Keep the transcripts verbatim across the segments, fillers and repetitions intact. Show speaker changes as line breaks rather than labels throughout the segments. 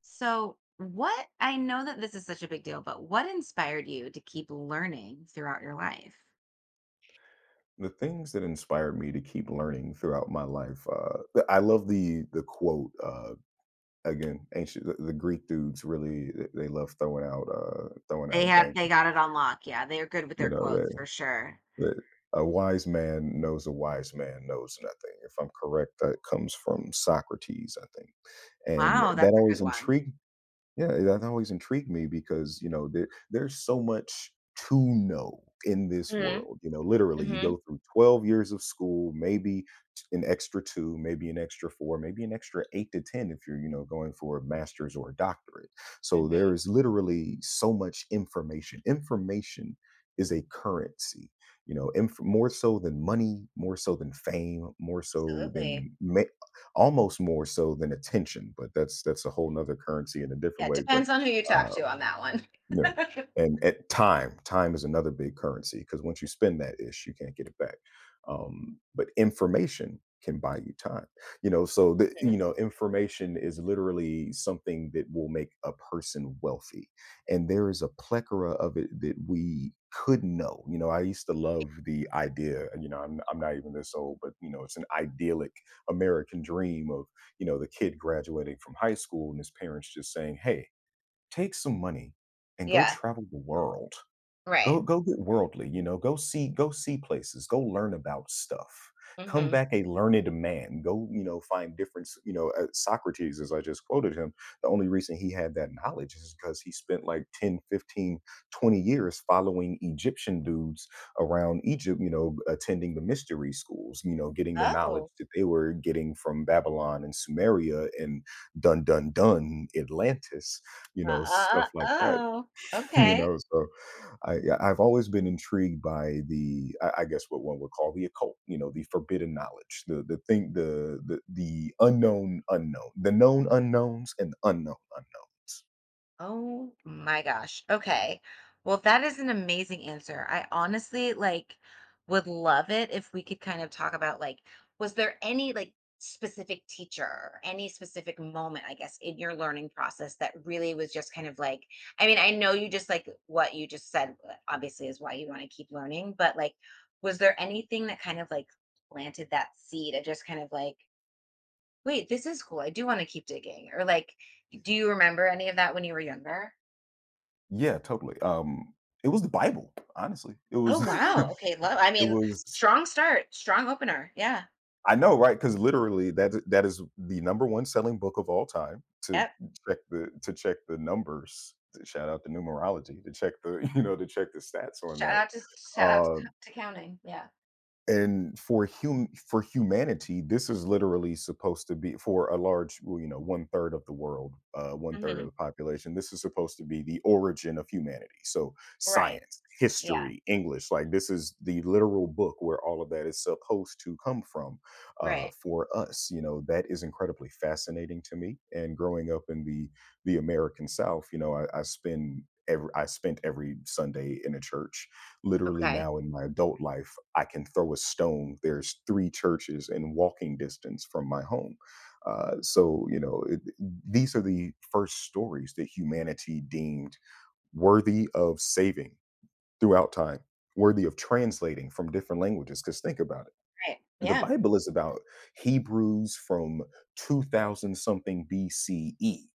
So, what I know that this is such a big deal, but what inspired you to keep learning throughout your life?
The things that inspired me to keep learning throughout my life, uh, th- I love the the quote uh, again. Ancient the, the Greek dudes really th- they love throwing out uh, throwing
They
out
have they
bankers.
got it on lock. Yeah, they're good with
You
their
know
quotes
that,
for sure.
that a wise man knows a wise man knows nothing. If I'm correct, that comes from Socrates, I think, and
Wow,
that
that's a
always
good one.
intrigued yeah, that always intrigued me because, you know, there there's so much to know in this
Mhm,
world. You know, literally, you go
mhm,
through twelve years of school, maybe t- an extra two, maybe an extra four, maybe an extra eight to ten if you're, you know, going for a master's or a doctorate. So there
mhm.
is literally so much information. Information is a currency, you know, inf- more so than money, more so than fame, more so
Absolutely.
than ma- almost more so than attention, but that's that's a whole nother currency in a
Yeah,
different
it
way. But
depends on who you talk
uh,
to on that one.
no, and at time, time is another big currency because once you spend that ish, you can't get it back. Um, but information can buy you time, you know. So the
Mhm.
you know information is literally something that will make a person wealthy, and there is a plethora of it that we could know. You know, I used to love the idea. and, You know, I'm I'm not even this old, but you know, it's an idyllic American dream of, you know, the kid graduating from high school and his parents just saying, "Hey. Take some money and go
Yeah,
travel the world.
right.
Go go get worldly, you know, go see go see places, go learn about stuff. Come
Mhm.
back a learned man. Go, you know, find different, s- you know, uh, Socrates, as I just quoted him, the only reason he had that knowledge is because he spent like ten, fifteen, twenty years following Egyptian dudes around Egypt, you know, attending the mystery schools, you know, getting the knowledge
Oh,
that they were getting from Babylon and Sumeria and dun dun dun Atlantis, you
uh,
know, stuff
uh, uh,
like that."
oh,
You
okay.
know, so I, yeah, I've always been intrigued by the I I guess, what one would call the occult, you know, the forbidden knowledge, the the thing the the the unknown unknown, the known unknowns and the unknown unknowns.
Oh my gosh. Okay. Well, that is an amazing answer. I honestly like would love it if we could kind of talk about like was there any like specific teacher or any specific moment, I guess, in your learning process that really was just kind of like I mean, I know you just like what you just said uh, obviously is why you want to keep learning, but like was there anything that kind of like planted that seed of just kind of like wait, this is cool. I do want to keep digging or like do you remember any of that when you were younger?
Yeah, totally. Um, it was the Bible, honestly. It
Oh,
was,
wow, okay, love I
it
mean,
was,
strong start, strong opener, yeah,
I know, right? Because literally that that is the number one selling book of all time. To
yep.
check the to check the numbers. To Shout out to numerology to check the, you know, to check the stats on
Shout
that.
out to shout out to
Um
to counting, yeah.
and for hum for humanity, this is literally supposed to be for a large, well, you know, one third of the world, uh, one third of
Mhm,
the population. This is supposed to be the origin of humanity. So
right,
science,
yeah,
history, English, like, this is the literal book where all of that is supposed to come from, uh,
right.
for us. You know, that is incredibly fascinating to me. And growing up in the the American South, you know, I, I spend every I spent every Sunday in a church. Literally,
Okay.
now in my adult life, I can throw a stone. There's three churches in walking distance from my home. Uh, so, you know, it, these are the first stories that humanity deemed worthy of saving throughout time, worthy of translating from different languages. Because think about it,
Right,
the
yeah.
Bible is about Hebrews from two thousand something B C E.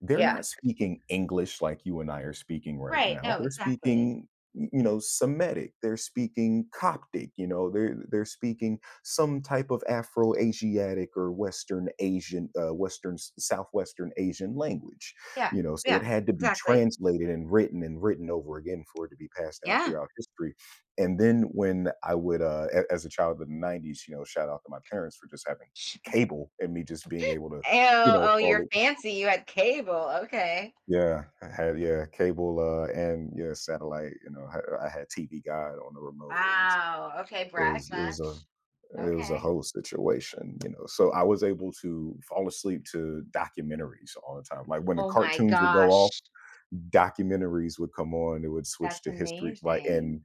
They're
Yeah.
not speaking English like you and I are speaking right
Right,
now.
no,
They're
exactly.
speaking, y- you know, Semitic. They're speaking Coptic. You know, they're they're speaking some type of Afro-Asiatic or Western Asian, uh, Western s- Southwestern Asian language.
Yeah,
You know, so it
yeah,
had to be
exactly.
translated and written and written over again for it to be passed down
Yeah.
throughout history. And then when I would, uh, a- as a child in the nineties, you know, shout out to my parents for just having
Sh-
cable and me just being able to, you
Oh,
know,
oh, you're
follow.
fancy, you had cable, okay.
Yeah, I had, yeah cable uh, and, yeah satellite. You know, I, I had T V Guide on the remote. It was
Wow, okay,
it
brag
was it was a
much.
it was a
Okay.
whole situation, you know. So I was able to fall asleep to documentaries all the time. Like, when the
Oh my
cartoons would go off,
gosh.
documentaries would come on. It would switch
That's
to history, like,
amazing.
and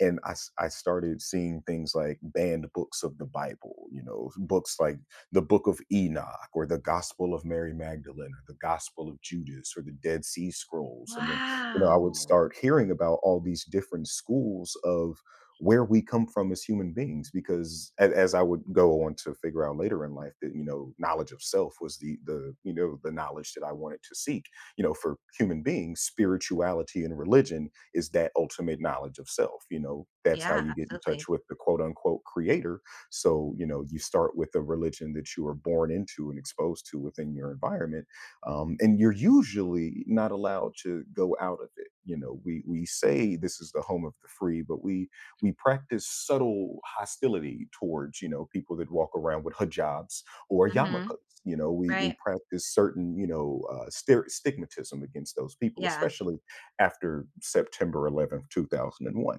and I s- I started seeing things like banned books of the Bible. You know, books like the Book of Enoch or the Gospel of Mary Magdalene or the Gospel of Judas or the Dead Sea Scrolls. And then, you know, I would
Wow.
start hearing about all these different schools of where we come from as human beings. Because, a- as I would go on to figure out later in life, that, you know, knowledge of self was the the you know the knowledge that I wanted to seek. You know, for human beings, spirituality and religion is that ultimate knowledge of self. You know, that's how
Yeah,
you get in
absolutely.
touch with the quote unquote creator. So, you know, you start with the religion that you are born into and exposed to within your environment. Um, and you're usually not allowed to go out of it. You know, we we say this is the home of the free, but we we practice subtle hostility towards, you know, people that walk around with hijabs or yarmulkes.
Mhm.
You know, we we
Right.
practice certain, you know, uh, ster- stigmatism against those people,
Yeah.
especially after September eleventh, two thousand one.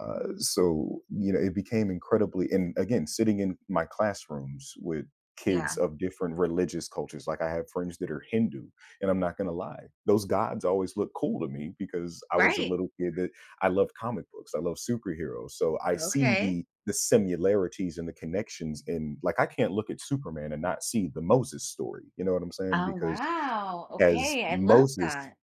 Uh, so, you know, it became incredibly. And again, sitting in my classrooms with kids
Yeah.
of different religious cultures, like, I have friends that are Hindu, and I'm not going to lie, those gods always look cool to me because I was a
Right.
little kid. I love comic books. I love superheroes. So I see
Okay.
the the similarities and the connections in, like, I can't look at Superman and not see the Moses story. You know what I'm saying?
Oh,
Because
wow.
as
Okay. I love
Moses
that.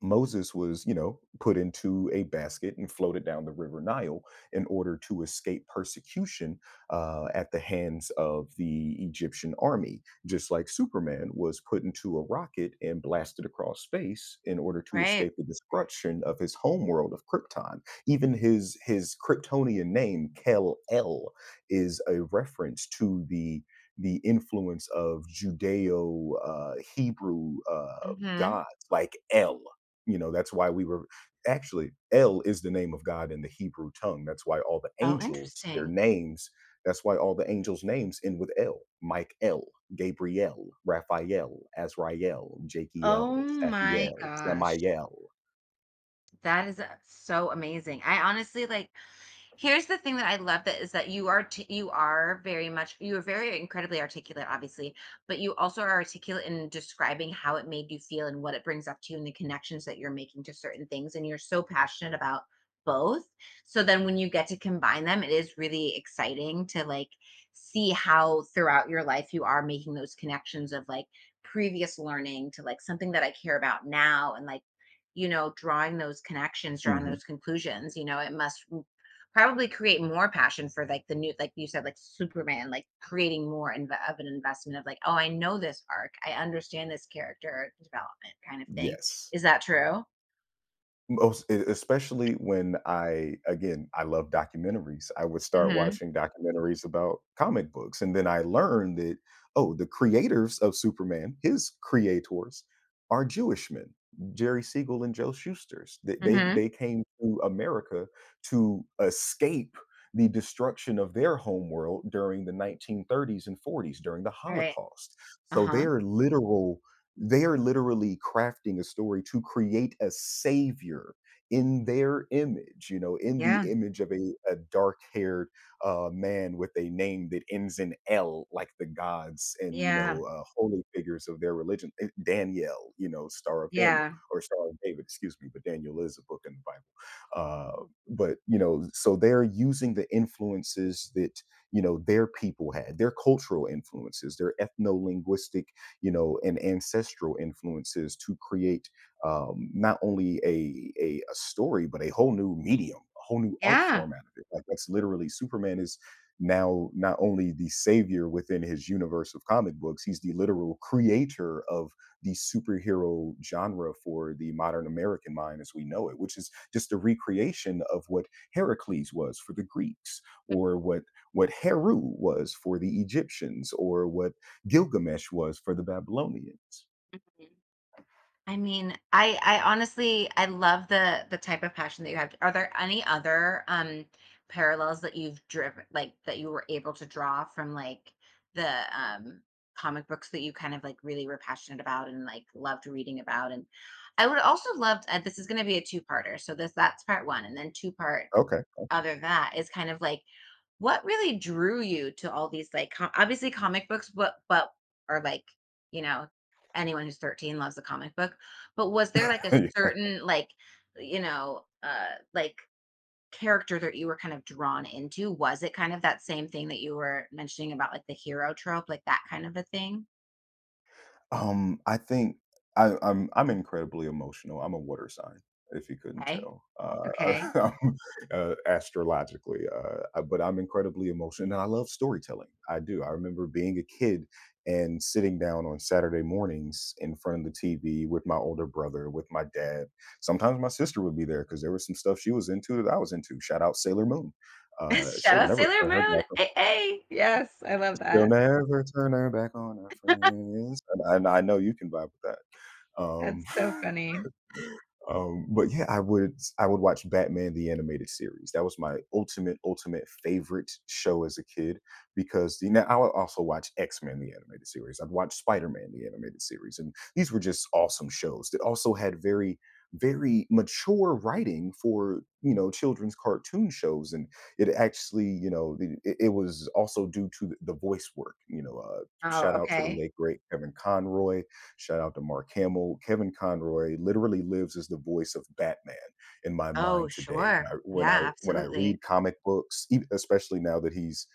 Moses was, you know, put into a basket and floated down the river Nile in order to escape persecution, uh, at the hands of the Egyptian army, just like Superman was put into a rocket and blasted across space in order to
Right.
escape the destruction of his homeworld of Krypton. Even his his Kryptonian name Kal-El is a reference to the the influence of Judeo, uh, Hebrew, uh,
Mhm.
gods like El. You know, that's why we were, actually, El is the name of God in the Hebrew tongue. That's why all the
Oh,
angels, their
interesting.
names, that's why all the angels' names end with El. Mike El, Gabriel, Raphael, Azrael,
Oh
Jakiel,
my
Safiel,
gosh.
Samiel.
That is, uh, so amazing. I honestly, like, here's the thing that I love that is that you are t- you are very much you are very incredibly articulate, obviously, but you also are articulate in describing how it made you feel and what it brings up to you and the connections that you're making to certain things. And you're so passionate about both. So then when you get to combine them, it is really exciting to like see how throughout your life you are making those connections of like previous learning to like something that I care about now and like you know drawing those connections drawing
hmm
those conclusions, you know, it must probably create more passion for like the new like you said, like Superman, like creating more inve of an investment of like, "Oh, I know this arc. I understand this character development," kind of thing.
Yes.
Is that true?
Most e Especially when I, again, I love documentaries. I would start
Mhm,
watching documentaries about comic books, and then I learned that, oh, the creators of Superman, his creators, are Jewish men, Jerry Siegel and Joe Shuster's. They they
mhm.
they came to America to escape the destruction of their homeworld during the nineteen thirties and forties, during the
Right.
Holocaust. So they
Uh-huh.
are literal they are literally crafting a story to create a savior in their image, you know, in the
Yeah,
image of a, a dark haired, uh, man with a name that ends in L, like the gods and, you
yeah,
know, uh, holy figures of their religion. Eh, Daniel, you know, Star of Daniel,
yeah,
or Star of David, excuse me, but Daniel is a book in the Bible. Uh, but, you know, so they're using the influences that, you know, their people had, their cultural influences, their ethno-linguistic, you know, and ancestral influences to create, um, not only a, a a story but a whole new medium, a whole new art form out of it. Like, that's literally Superman is now not only the savior within his universe of comic books, he's the literal creator of the superhero genre for the modern American mind as we know it, which is just a recreation of what Heracles was for the Greeks, or what what Heru was for the Egyptians, or what Gilgamesh was for the Babylonians.
yeah. I mean, I I honestly I love the the type of passion that you have. Are there any other um parallels that you've driven like that you were able to draw from like the um comic books that you kind of like really were passionate about and like loved reading about and I would also love uh, this is going to be a two-parter. So this that's part one and then two part
Okay.
other that is kind of like what really drew you to all these like com- obviously comic books, but but or like you know anyone who's thirteen loves a comic book. But was there like a certain like you know uh like character that you were kind of drawn into? Was it kind of that same thing that you were mentioning about like the hero trope, like that kind of a thing?
Um, I think I, I'm I'm incredibly emotional. I'm a water sign, if you couldn't
Okay,
tell. Uh,
okay.
I am, uh, astrologically, uh, I- but I'm incredibly emotional, and I love storytelling. I do. I remember being a kid and sitting down on Saturday mornings in front of the T V with my older brother, with my dad. Sometimes my sister would be there because there was some stuff she was into that I was into. Shout out Sailor Moon. Uh,
Shout
she'll
out
never
Sailor
turn her
Moon.
back
Hey, hey. Yes, I love
She'll
that.
never turn her back on her friends, and I and I know you can vibe with that. Um
That's so funny.
Um, but yeah, I would I would watch Batman the animated series. That was my ultimate ultimate favorite show as a kid because you know I would also watch X Men the animated series. I'd watch Spider Man the animated series, and these were just awesome shows that also had very very mature writing for you know children's cartoon shows. And it actually, you know, the- it, it was also due to the the voice work, you know. Uh
Oh,
shout out to the
okay.
late great Kevin Conroy. Shout out to Mark Hamill. Kevin Conroy literally lives as the voice of Batman in my
Oh,
mind today. When
sure.
I
Yeah,
when I, when I
absolutely.
read comic books, e- especially now that he's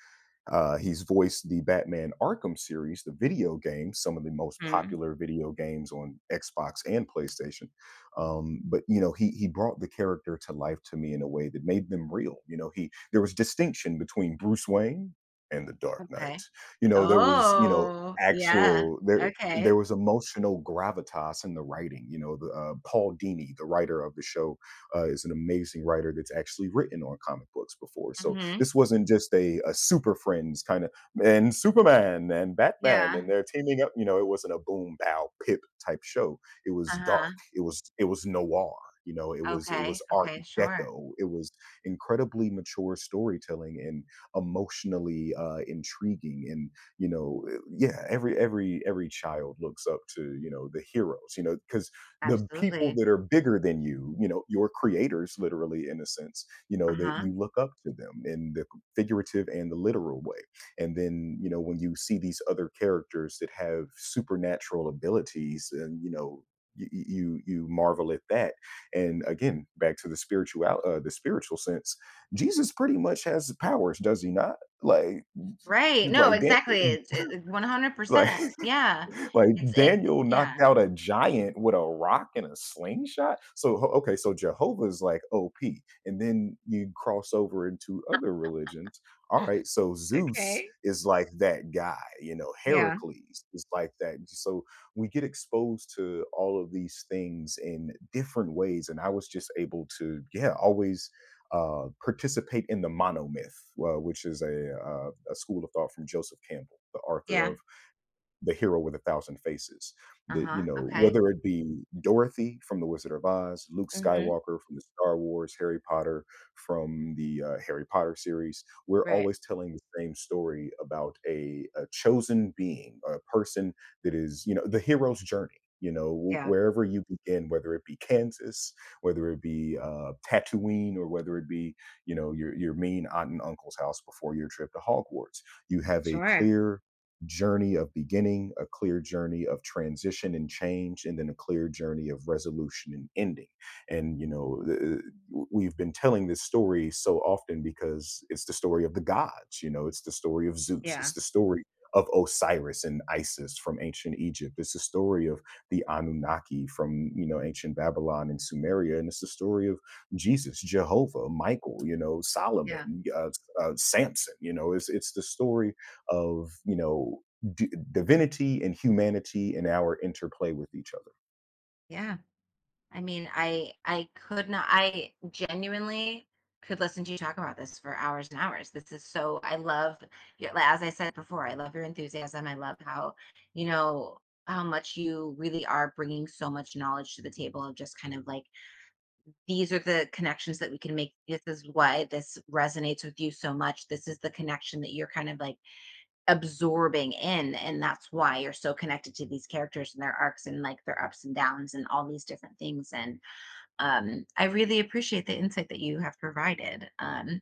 uh, he's voiced the Batman Arkham series, the video games, some of the most
Mhm.
popular video games on Xbox and PlayStation. Um, but you know, he he brought the character to life to me in a way that made them real. You know, he there was distinction between Bruce Wayne and the Dark Knight.
Okay.
You know, there was, you know,
Oh, yeah.
actual, there
Okay.
there was emotional gravitas in the writing. You know, the, uh, Paul Dini, the writer of the show, uh, is an amazing writer that's actually written on comic books before. So
Mhm.
this wasn't just a, a Super Friends kind of and Superman and Batman
Yeah.
and they're teaming up. You know, it wasn't a boom bow pip type show. It was
Uh-huh.
dark. It was it was noir. You know, it was it
Okay,
was Art
okay, sure.
Deco. It was incredibly mature storytelling and emotionally, uh, intriguing. And you know, eh, yeah, every every every child looks up to, you know, the heroes. You know, because the people
Absolutely.
that are bigger than you, you know, your creators, literally in a sense, you know, that
Uh-huh.
you look up to them in the figurative and the literal way. And then, you know, when you see these other characters that have supernatural abilities and, you know, you, you you marvel at that, and again, back to the spiritual, uh, the spiritual sense, Jesus pretty much has the powers, does he not? Like,
Right, no,
like damn,
exactly, it's it
like,
one hundred percent. Yeah.
like,
It's it
Daniel knocked
yeah.
out a giant with a rock and a slingshot? So, ho, okay, so Jehovah's, like, O P, and then you cross over into other religions. Alright, so Zeus
Okay.
is like that guy, you know,
Yeah,
Heracles is like that. So, we get exposed to all of these things in different ways, and I was just able to, yeah, always, uh, participate in the monomyth, uh, which is a, uh, a school of thought from Joseph Campbell, the author
yeah.
of The Hero with a Thousand Faces. That, you
Uh-huh,
know,
okay.
whether it be Dorothy from The Wizard of Oz, Luke
Mhm.
Skywalker from the Star Wars, Harry Potter from the uh, Harry Potter series, we're
Right.
always telling the same story about a, a chosen being, a person that is, you know, the hero's journey. You know, wh-
Yeah.
wherever you begin, whether it be Kansas, whether it be, uh, Tatooine, or whether it be, you know, your your mean aunt and uncle's house before your trip to Hogwarts, you have a
Sure.
clear journey of beginning, a clear journey of transition and change, and then a clear journey of resolution and ending. And, you know, th- we've been telling this story so often because it's the story of the gods. You know, it's the story of Zeus,
Yeah,
it's the story of Osiris and Isis from ancient Egypt. It's the story of the Anunnaki from, you know, ancient Babylon and Sumeria. And it's the story of Jesus, Jehovah, Michael, you know,
yeah,
Solomon, uh, uh, Samson, you know, it's, it's the story of, you know, d- divinity and humanity and our interplay with each other.
yeah. I mean, I I could not I genuinely could listen to you talk about this for hours and hours. This is so I love your like, as I said before, I love your enthusiasm. I love how, you know, how much you really are bringing so much knowledge to the table of just kind of like these are the connections that we can make. This is why this resonates with you so much. This is the connection that you're kind of like absorbing in and that's why you're so connected to these characters and their arcs and like their ups and downs and all these different things and um, I really appreciate the insight that you have provided. Um,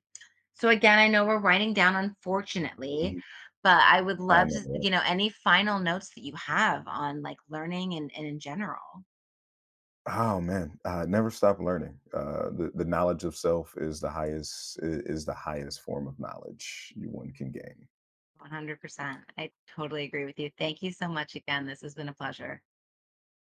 So again, I know we're winding down, unfortunately,
Mhm.
but I would
I
love
know.
to,
Right?
you know, any final notes that you have on like learning and, and in general.
Oh man, uh, never stop learning. Uh, the the knowledge of self is the highest, i- is the highest form of knowledge you one can gain.
one hundred percent. I totally agree with you. Thank you so much again. This has been a pleasure.